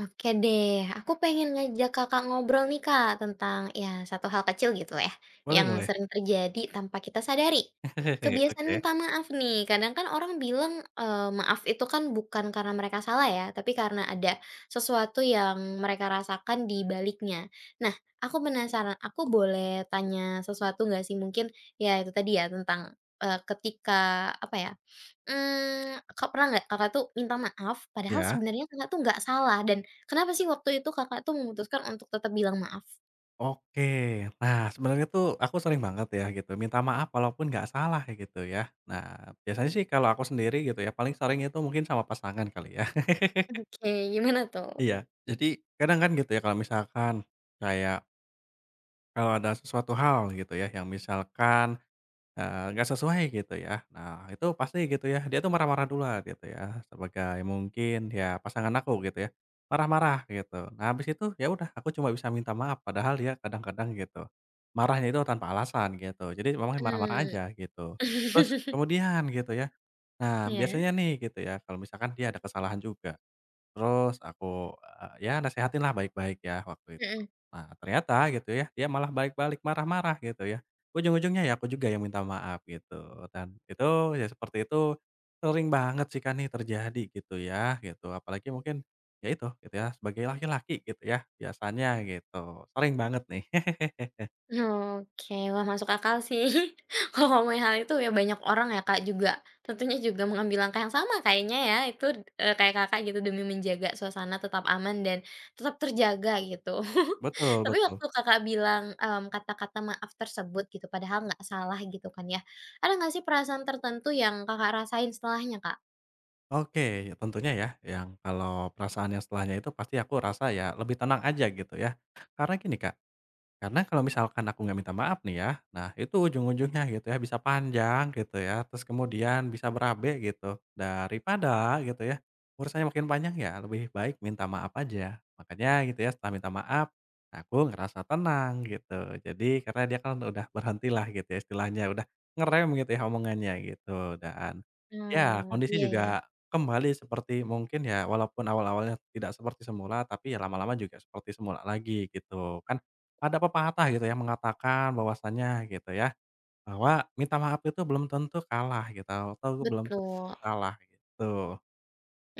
Oke deh, aku pengen ngajak Kakak ngobrol nih Kak, tentang ya satu hal kecil gitu ya, Boleh yang boleh. sering terjadi tanpa kita sadari. Kebiasaan Oke. minta maaf nih, kadang kan orang bilang maaf itu kan bukan karena mereka salah ya, tapi karena ada sesuatu yang mereka rasakan di baliknya. Nah, aku penasaran, aku boleh tanya sesuatu nggak sih mungkin ya itu tadi ya tentang ketika apa ya. Kak pernah nggak kakak tuh minta maaf, padahal Iya. sebenarnya kakak tuh nggak salah dan kenapa sih waktu itu Kakak tuh memutuskan untuk tetap bilang maaf? Oke. Nah, sebenarnya tuh aku sering banget ya gitu minta maaf walaupun nggak salah ya gitu ya. Nah, biasanya sih kalau aku sendiri gitu ya paling sering itu mungkin sama pasangan kali ya. Oke, gimana tuh? Iya. Jadi kadang kan gitu ya kalau misalkan kayak kalau ada sesuatu hal gitu ya yang misalkan nggak sesuai gitu ya. Nah, itu pasti gitu ya, dia tuh marah-marah duluan gitu ya, sebagai mungkin ya pasangan aku gitu ya, marah-marah gitu. Nah, habis itu ya udah aku cuma bisa minta maaf, padahal dia kadang-kadang gitu, marahnya itu tanpa alasan gitu. Jadi memang marah-marah Mmm. aja gitu. Terus kemudian gitu ya, nah Iya, biasanya nih gitu ya, kalau misalkan dia ada kesalahan juga. Terus aku, ya nasehatin lah baik-baik ya waktu itu. mhm. Nah ternyata gitu ya, dia malah balik-balik marah-marah gitu ya. Ujung-ujungnya ya aku juga yang minta maaf gitu, dan itu ya seperti itu sering banget sih Kak nih terjadi gitu ya, gitu. Apalagi mungkin ya itu gitu ya, sebagai laki-laki gitu ya biasanya gitu, sering banget nih. Oke, wah masuk akal sih. Kalau ngomongin hal itu ya banyak orang ya Kak juga, tentunya juga mengambil langkah yang sama kayaknya ya itu, kayak Kakak gitu demi menjaga suasana tetap aman dan tetap terjaga gitu. Betul Tapi betul. waktu Kakak bilang, kata-kata maaf tersebut gitu padahal nggak salah gitu kan ya, ada nggak sih perasaan tertentu yang Kakak rasain setelahnya, Kak? Oke, ya tentunya ya yang kalau perasaan yang setelahnya itu pasti aku rasa ya lebih tenang aja gitu ya. Karena gini Kak. Karena kalau misalkan aku nggak minta maaf nih ya, nah itu ujung-ujungnya gitu ya bisa panjang gitu ya, terus kemudian bisa berabe gitu. Daripada gitu ya, urusannya makin panjang ya lebih baik minta maaf aja. Makanya gitu ya setelah minta maaf, aku ngerasa tenang gitu. Jadi karena dia kan udah berhentilah gitu ya istilahnya, udah ngerem gitu ya omongannya gitu. Dan ya Mmm, kondisi iya ya, juga kembali seperti mungkin ya walaupun awal-awalnya tidak seperti semula, tapi ya lama-lama juga seperti semula lagi gitu kan ada pepatah gitu ya mengatakan bahwasannya gitu ya, bahwa minta maaf itu belum tentu kalah gitu atau belum tentu betul. kalah gitu.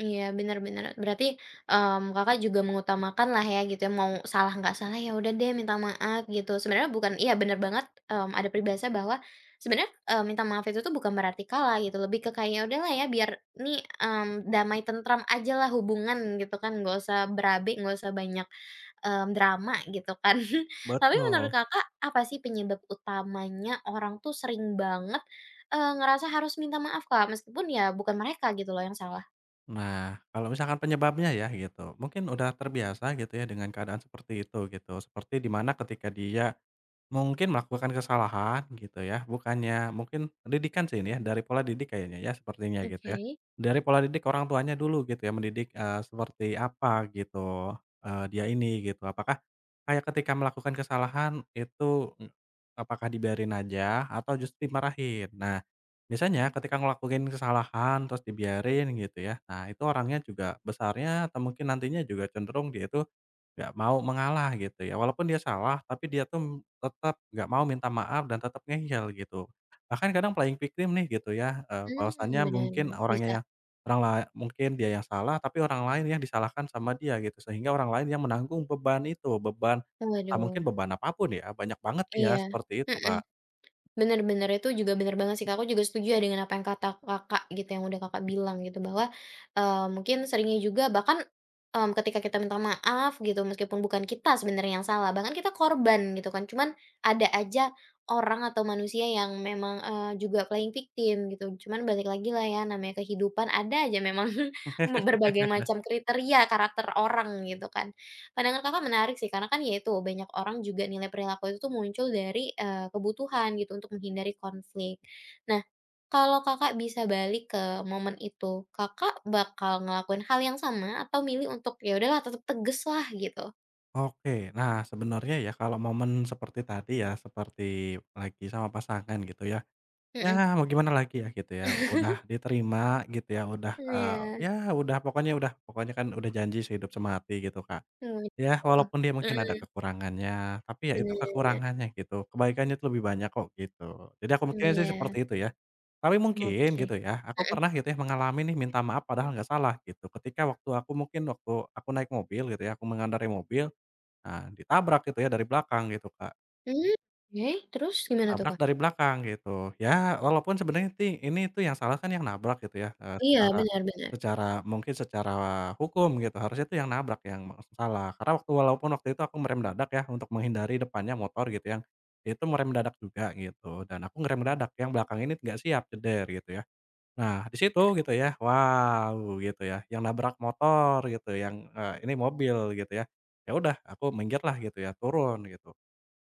Iya, bener bener. Berarti, Kakak juga mengutamakan lah ya gitu ya, mau salah nggak salah, ya udah deh minta maaf gitu. Sebenarnya bukan iya bener banget, ada peribahasa bahwa sebenarnya, minta maaf itu tuh bukan berarti kalah gitu, lebih ke kayak, ya udahlah ya biar nih, damai tentram aja lah hubungan gitu kan, nggak usah berabe, nggak usah banyak drama gitu kan. Tapi menurut Betul. Kakak, apa sih penyebab utamanya orang tuh sering banget, ngerasa harus minta maaf, Kak? Meskipun ya bukan mereka gitu loh yang salah. Nah, kalau misalkan penyebabnya ya gitu, mungkin udah terbiasa gitu ya dengan keadaan seperti itu gitu. Seperti di mana ketika dia mungkin melakukan kesalahan gitu ya, bukannya mungkin didikan sih ini ya, dari pola didik kayaknya ya sepertinya gitu ya. Oke. Dari pola didik orang tuanya dulu gitu ya, mendidik, seperti apa gitu, dia ini gitu. Apakah kayak ketika melakukan kesalahan itu, apakah dibiarin aja atau justru dimarahin? Nah, biasanya ketika ngelakuin kesalahan terus dibiarin gitu ya, nah itu orangnya juga besarnya atau mungkin nantinya juga cenderung dia itu nggak mau mengalah gitu ya. Walaupun dia salah, tapi dia tuh tetap nggak mau minta maaf dan tetap ngeyel gitu. Bahkan kadang playing victim nih gitu ya, Hmm, bahwasanya benar. mungkin orangnya Bisa. yang orang lain mungkin dia yang salah, tapi orang lain yang disalahkan sama dia gitu. Sehingga orang lain yang menanggung beban itu, beban entah Waduh, mungkin beban apapun ya, banyak banget nih ya iya, seperti itu, mhm. Kak. Bener bener, itu juga bener banget sih, Kak, aku juga setuju ya dengan apa yang kata Kakak gitu, yang udah Kakak bilang gitu bahwa, mungkin seringnya juga bahkan, ketika kita minta maaf gitu, meskipun bukan kita sebenarnya yang salah, bahkan kita korban gitu kan, cuman ada aja orang atau manusia yang memang, juga playing victim gitu. Cuman balik lagi lah ya, namanya kehidupan ada aja memang berbagai macam kriteria karakter orang gitu kan. Pandangan Kakak menarik sih, karena kan ya itu, banyak orang juga nilai perilaku itu tuh muncul dari, kebutuhan gitu untuk menghindari konflik. Nah, kalau Kakak bisa balik ke momen itu, Kakak bakal ngelakuin hal yang sama atau milih untuk, "Ya udahlah tetap tegas lah," gitu? Oke. Nah, sebenarnya ya kalau momen seperti tadi ya, seperti lagi sama pasangan gitu ya, ya Mhm. mau gimana lagi ya gitu ya, udah diterima gitu ya, udah, Iya, ya udah pokoknya kan udah janji sehidup semati gitu, Kak. oh Ya gitu. walaupun dia mungkin ada Mhm, kekurangannya, tapi ya itu bener. kekurangannya gitu, kebaikannya itu lebih banyak kok gitu. Jadi aku mikirnya sih Iya, seperti itu ya. Tapi mungkin oke. gitu ya, aku Mhm. pernah gitu ya mengalami nih minta maaf padahal nggak salah gitu, ketika waktu aku mungkin waktu aku naik mobil gitu ya, aku mengendarai mobil. Nah, ditabrak gitu ya dari belakang gitu, Kak. Mmm, oke, terus gimana tuh, Ditabrak Kak? dari belakang gitu. Ya, walaupun sebenarnya ini itu yang salah kan yang nabrak gitu ya, Iya, secara benar-benar. secara mungkin secara hukum gitu, harusnya itu yang nabrak yang salah. Karena waktu walaupun waktu itu aku merem dadak ya untuk menghindari depannya motor gitu yang itu merem dadak juga gitu, dan aku ngerem dadak, yang belakang ini nggak siap, ceder gitu ya. Nah, di situ gitu ya, wow gitu ya, yang nabrak motor gitu, yang, ini mobil gitu ya. Ya udah aku minggir lah gitu ya, turun gitu.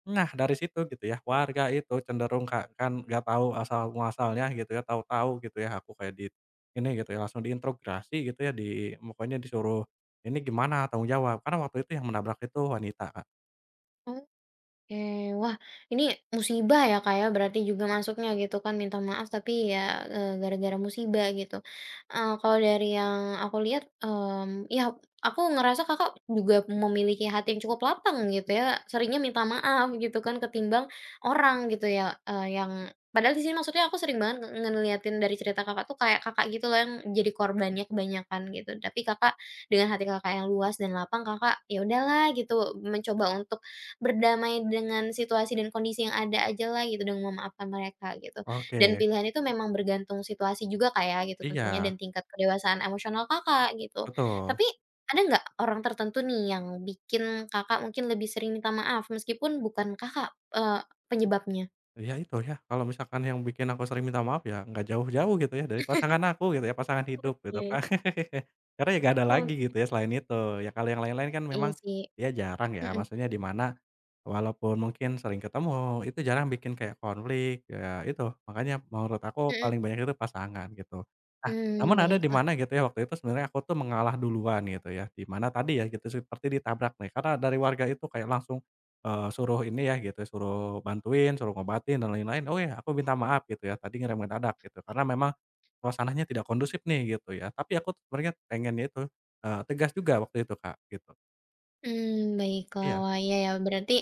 Nah, dari situ gitu ya, warga itu cenderung kan nggak tahu asal muasalnya gitu ya, tahu-tahu gitu ya aku kayak di ini gitu ya, langsung diintrogasi gitu ya, pokoknya disuruh ini gimana tanggung jawab, karena waktu itu yang menabrak itu wanita, Kak. Oke, wah ini musibah ya Kak ya berarti juga masuknya gitu kan minta maaf tapi ya, gara-gara musibah gitu. Kalau dari yang aku lihat, ya aku ngerasa Kakak juga memiliki hati yang cukup lapang gitu ya, seringnya minta maaf gitu kan ketimbang orang gitu ya, yang padahal di sini maksudnya aku sering banget ngeliatin dari cerita Kakak tuh kayak Kakak gitu loh yang jadi korbannya kebanyakan gitu, tapi Kakak dengan hati Kakak yang luas dan lapang Kakak, ya udahlah gitu mencoba untuk berdamai dengan situasi dan kondisi yang ada aja lah gitu dengan memaafkan mereka gitu. Oke. Dan pilihan itu memang bergantung situasi juga kayak gitu tentunya dan Iya, tingkat kedewasaan emosional Kakak gitu. betul. Tapi ada nggak orang tertentu nih yang bikin Kakak mungkin lebih sering minta maaf meskipun bukan Kakak, eee, penyebabnya? Ya itu ya, kalau misalkan yang bikin aku sering minta maaf ya nggak jauh-jauh gitu ya dari pasangan aku gitu ya, pasangan hidup gitu Oke kan. Karena ya nggak ada lagi oke. gitu ya selain itu. Ya kalau yang lain-lain kan Iya memang sih. ya jarang ya, Mhm maksudnya di mana walaupun mungkin sering ketemu, itu jarang bikin kayak konflik, ya itu. Makanya menurut aku mhm. paling banyak itu pasangan gitu. Nah, Mmm, namun ada di baiklah. mana gitu ya waktu itu sebenarnya aku tuh mengalah duluan gitu ya, di mana tadi ya gitu seperti ditabrak nih, karena dari warga itu kayak langsung suruh ini ya gitu, suruh bantuin, suruh ngobatin dan lain-lain. "Oh ya, aku minta maaf," gitu ya, "tadi ngerem mendadak," gitu, "karena memang suasananya tidak kondusif nih," gitu ya. Tapi aku sebenarnya pengennya itu, tegas juga waktu itu, Kak, gitu. Mmm, baiklah. Iya. Wah, iya ya, berarti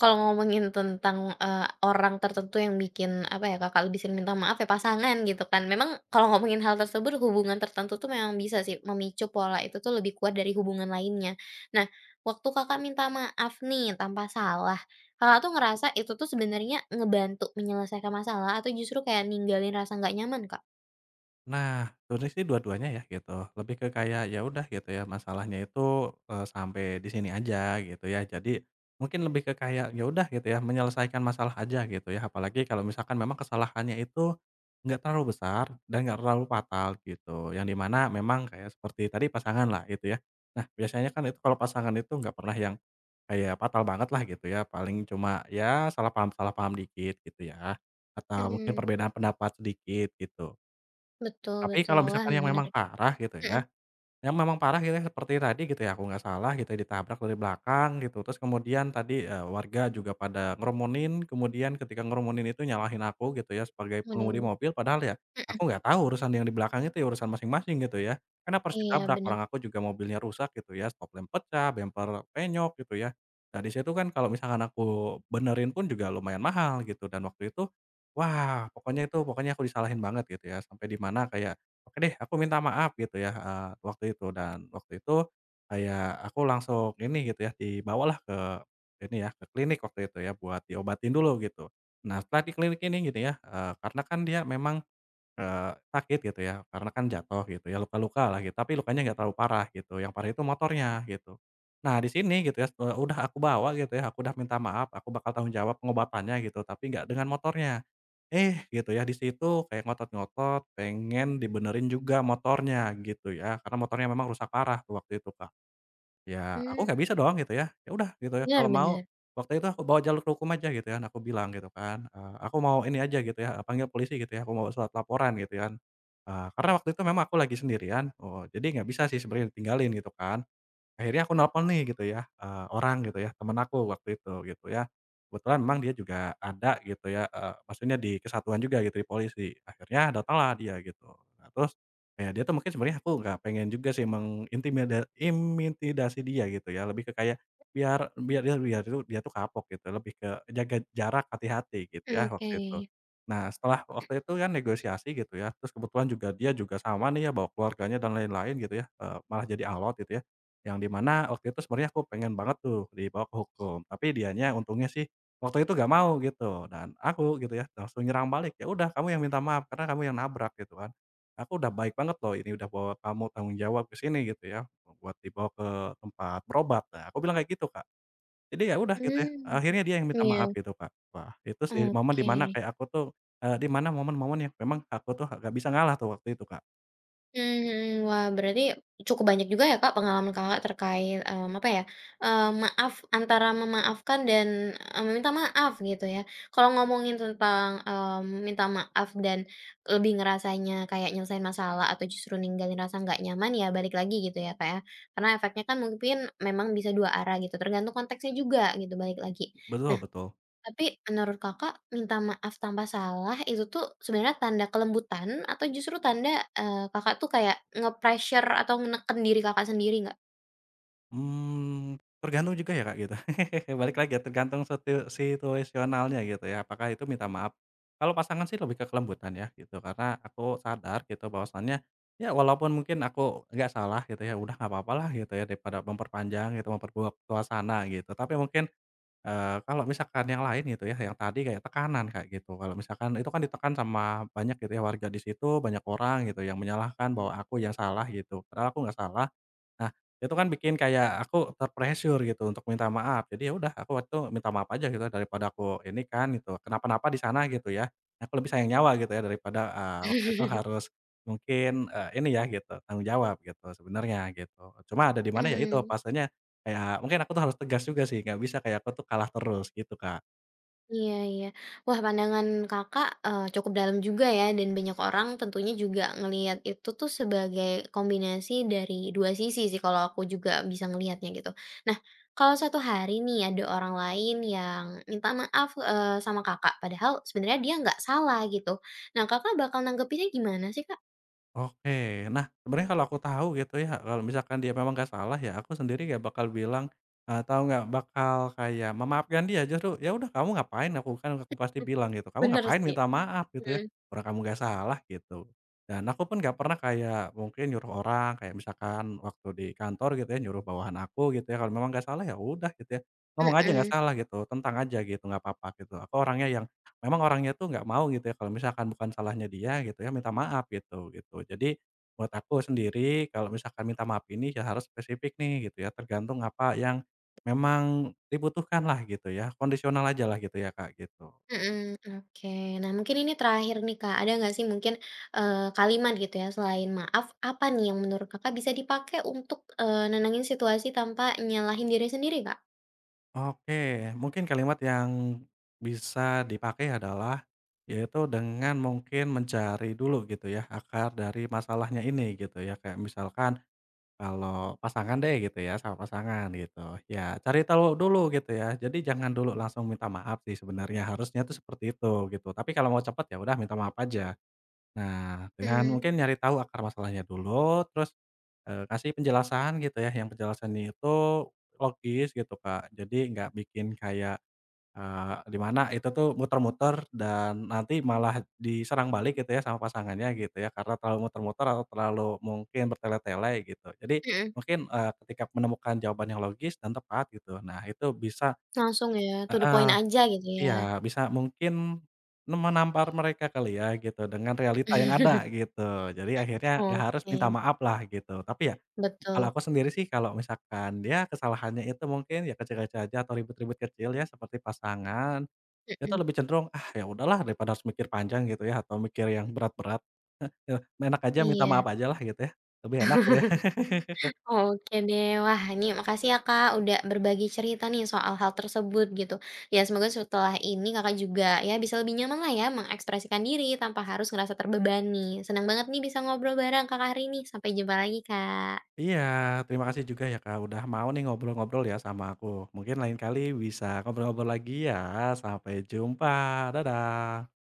kalau ngomongin tentang, orang tertentu yang bikin, apa ya, Kakak lebih sering minta maaf ya pasangan gitu kan. Memang kalau ngomongin hal tersebut, hubungan tertentu tuh memang bisa sih memicu pola itu tuh lebih kuat dari hubungan lainnya. Nah, waktu Kakak minta maaf nih tanpa salah, Kakak tuh ngerasa itu tuh sebenarnya ngebantu menyelesaikan masalah atau justru kayak ninggalin rasa nggak nyaman, Kak? Nah, sebenernya sih dua-duanya ya gitu, lebih ke kayak ya udah gitu ya masalahnya itu, sampai di sini aja gitu ya. Jadi mungkin lebih ke kayak ya udah gitu ya menyelesaikan masalah aja gitu ya, apalagi kalau misalkan memang kesalahannya itu nggak terlalu besar dan nggak terlalu fatal gitu, yang dimana memang kayak seperti tadi pasangan lah gitu ya. Nah, biasanya kan itu kalau pasangan itu nggak pernah yang kayak fatal banget lah gitu ya, paling cuma ya salah paham dikit gitu ya, atau mungkin Mhm, perbedaan pendapat sedikit gitu. betul Tapi betul. kalau Wah, misalkan yang memang menarik. parah gitu Mhm, ya, yang memang parah gitu ya seperti tadi gitu ya, aku nggak salah gitu ya ditabrak dari belakang gitu, terus kemudian tadi, warga juga pada ngerumunin, kemudian ketika ngerumunin itu nyalahin aku gitu ya sebagai pengemudi waduh. mobil, padahal ya Mhm, aku nggak tahu urusan yang di belakang itu ya urusan masing-masing gitu ya. Karena aku harus iya ditabrak, bener. orang aku juga mobilnya rusak gitu ya, stop lamp pecah, bemper penyok gitu ya. Nah di situ kan kalau misalkan aku benerin pun juga lumayan mahal gitu dan waktu itu, wah pokoknya itu pokoknya aku disalahin banget gitu ya, sampai di mana kayak Oke deh, aku minta maaf gitu ya, waktu itu dan waktu itu kayak aku langsung ini gitu ya, dibawalah ke ini ya, ke klinik waktu itu ya buat diobatin dulu gitu. Nah setelah di klinik ini gitu ya, karena kan dia memang sakit gitu ya, karena kan jatuh gitu ya, luka luka lah gitu, tapi lukanya nggak terlalu parah gitu, yang parah itu motornya gitu. Nah di sini gitu ya, udah aku bawa gitu ya, aku udah minta maaf, aku bakal tanggung jawab pengobatannya gitu, tapi nggak dengan motornya. Eh gitu ya, di situ kayak ngotot-ngotot, pengen dibenerin juga motornya gitu ya, karena motornya memang rusak parah tuh waktu itu, Kak. Ya, aku Mmm, nggak bisa dong gitu ya. Ya udah gitu ya, bener kalau mau bener. waktu itu aku bawa jalur hukum aja gitu kan, aku bilang gitu kan, "Aku mau ini aja," gitu ya, panggil polisi gitu ya, aku mau surat laporan gitu kan. Karena waktu itu memang aku lagi sendirian, Oh, jadi nggak bisa sih sebenarnya ditinggalin gitu kan. Akhirnya aku nelpon nih gitu ya, orang gitu ya, temen aku waktu itu gitu ya. Kebetulan memang dia juga ada gitu ya, maksudnya di kesatuan juga gitu, di polisi. Akhirnya datanglah dia gitu. Nah terus, ya dia tuh mungkin sebenarnya aku nggak pengen juga sih imintimidasi dia gitu ya, lebih ke kayak biar biar dia biar itu dia tuh kapok gitu, lebih ke jaga jarak, hati-hati gitu ya Oke, waktu itu. Nah setelah waktu itu kan negosiasi gitu ya, terus kebetulan juga dia juga sama nih ya bawa keluarganya dan lain-lain gitu ya, malah jadi alot gitu ya. Yang di mana waktu itu sebenarnya aku pengen banget tuh dibawa ke hukum, tapi dianya untungnya sih waktu itu gak mau gitu dan aku gitu ya langsung nyerang balik, "Ya udah kamu yang minta maaf karena kamu yang nabrak," gitu kan. "Aku udah baik banget loh ini udah bawa kamu tanggung jawab ke sini," gitu ya, "buat dibawa ke tempat berobat." Nah, aku bilang kayak gitu, Kak. Jadi ya udah gitu ya, mmm, akhirnya dia yang minta iya, maaf gitu, Kak. Wah, itu sih momen oke, dimana kayak aku tuh, di mana momen-momen yang memang aku tuh gak bisa ngalah tuh waktu itu, Kak. mmm, mhm. Wah, berarti cukup banyak juga ya Kak pengalaman Kakak terkait, apa ya, maaf antara memaafkan dan, meminta maaf gitu ya. Kalau ngomongin tentang, minta maaf dan lebih ngerasanya kayak nyelesain masalah atau justru ninggalin rasa nggak nyaman ya balik lagi gitu ya Kak ya. Karena efeknya kan mungkin memang bisa dua arah gitu tergantung konteksnya juga gitu balik lagi. Betul Nah, betul. tapi menurut Kakak, minta maaf tanpa salah itu tuh sebenarnya tanda kelembutan atau justru tanda, Kakak tuh kayak nge-pressure atau neken diri Kakak sendiri nggak? Tergantung juga ya, Kak, gitu. Balik lagi ya, tergantung situasionalnya gitu ya, apakah itu minta maaf. Kalau pasangan sih lebih ke kelembutan ya gitu, karena aku sadar gitu bahwasannya, ya walaupun mungkin aku nggak salah gitu ya, udah nggak apa-apalah gitu ya, daripada memperpanjang gitu, memperburuk suasana gitu. Tapi mungkin, kalau misalkan yang lain gitu ya, yang tadi kayak tekanan, kayak gitu. Kalau misalkan itu kan ditekan sama banyak gitu ya, warga di situ, banyak orang gitu yang menyalahkan bahwa aku yang salah gitu, padahal aku nggak salah. Nah, itu kan bikin kayak aku gitu untuk minta maaf. Jadi ya udah aku waktu itu minta maaf aja gitu daripada aku ini kan gitu, kenapa-napa di sana gitu ya. Aku lebih sayang nyawa gitu ya daripada, waktu itu harus mungkin, ini ya gitu, tanggung jawab gitu sebenarnya gitu. Cuma ada di mana ya itu, Mmm. fasenya kayak mungkin aku tuh harus tegas juga sih, nggak bisa kayak aku tuh kalah terus gitu, Kak. Iya iya. Wah pandangan Kakak, cukup dalam juga ya dan banyak orang tentunya juga ngelihat itu tuh sebagai kombinasi dari 2 sisi sih kalau aku juga bisa ngelihatnya gitu. Nah, kalau suatu hari nih ada orang lain yang minta maaf, sama Kakak padahal sebenarnya dia nggak salah gitu. Nah, Kakak bakal nanggepinnya gimana sih, Kak? Oke. Nah, sebenarnya kalau aku tahu gitu ya, kalau misalkan dia memang gak salah ya, aku sendiri gak bakal bilang, tahu nggak, bakal kayak memaafkan dia, justru, "Ya udah kamu ngapain?" Aku pasti bilang gitu, "Kamu Bener ngapain sih. minta maaf?" Gitu ya, Mhm, "Orang kamu gak salah." Gitu. Dan aku pun gak pernah kayak mungkin nyuruh orang, kayak misalkan waktu di kantor gitu ya, nyuruh bawahan aku gitu ya, kalau memang gak salah ya udah gitu ya, ngomong aja nggak mhm. salah gitu, tentang aja gitu, nggak apa-apa gitu. Aku orangnya yang Memang orangnya tuh nggak mau gitu ya, kalau misalkan bukan salahnya dia gitu ya, minta maaf gitu gitu. Jadi buat aku sendiri kalau misalkan minta maaf ini ya harus spesifik nih gitu ya, tergantung apa yang memang dibutuhkan lah gitu ya, kondisional aja lah gitu ya, Kak, gitu. Mhm, oke. Nah, mungkin ini terakhir nih, Kak, ada nggak sih mungkin, kalimat gitu ya selain maaf, apa nih yang menurut Kakak bisa dipakai untuk, nenangin situasi tanpa nyalahin diri sendiri, Kak? Oke, mungkin kalimat yang bisa dipakai adalah, yaitu dengan mungkin mencari dulu gitu ya, akar dari masalahnya ini gitu ya, kayak misalkan. Kalau pasangan deh gitu ya, sama pasangan gitu. Ya cari tahu dulu gitu ya. Jadi jangan dulu langsung minta maaf sih sebenarnya, harusnya tuh seperti itu gitu. Tapi kalau mau cepat ya udah minta maaf aja. Nah, dengan Hmm, mungkin nyari tahu akar masalahnya dulu, terus, kasih penjelasan gitu ya, yang penjelasannya itu logis gitu, Kak. Jadi nggak bikin kayak di mana itu tuh muter-muter dan nanti malah diserang balik gitu ya sama pasangannya gitu ya, karena terlalu muter-muter atau terlalu mungkin bertele-tele gitu. Jadi mhm, mungkin, ketika menemukan jawaban yang logis dan tepat gitu, nah itu bisa langsung ya, to the heeh, point aja gitu iya ya. bisa mungkin menampar mereka kali ya gitu dengan realita yang ada gitu. Jadi akhirnya ya harus Oke, minta maaf lah gitu. Tapi ya kalau betul, aku sendiri sih kalau misalkan ya kesalahannya itu mungkin ya kecil-kecil aja atau ribut-ribut kecil ya seperti pasangan kita mhm, lebih cenderung, "Ah, ya udahlah daripada harus mikir panjang," gitu ya, atau mikir yang berat-berat, eee, enak aja minta iya. maaf aja lah gitu ya, lebih enak gitu ya. Oke deh, wah ini makasih ya Kak udah berbagi cerita nih soal hal tersebut gitu. Ya semoga setelah ini Kakak juga ya bisa lebih nyaman lah ya mengekspresikan diri tanpa harus ngerasa terbebani. Senang banget nih bisa ngobrol bareng Kakak hari ini. Sampai jumpa lagi Kak. Iya, terima kasih juga ya, Kak, udah mau nih ngobrol-ngobrol ya sama aku. Mungkin lain kali bisa ngobrol-ngobrol lagi ya, sampai jumpa, dadah.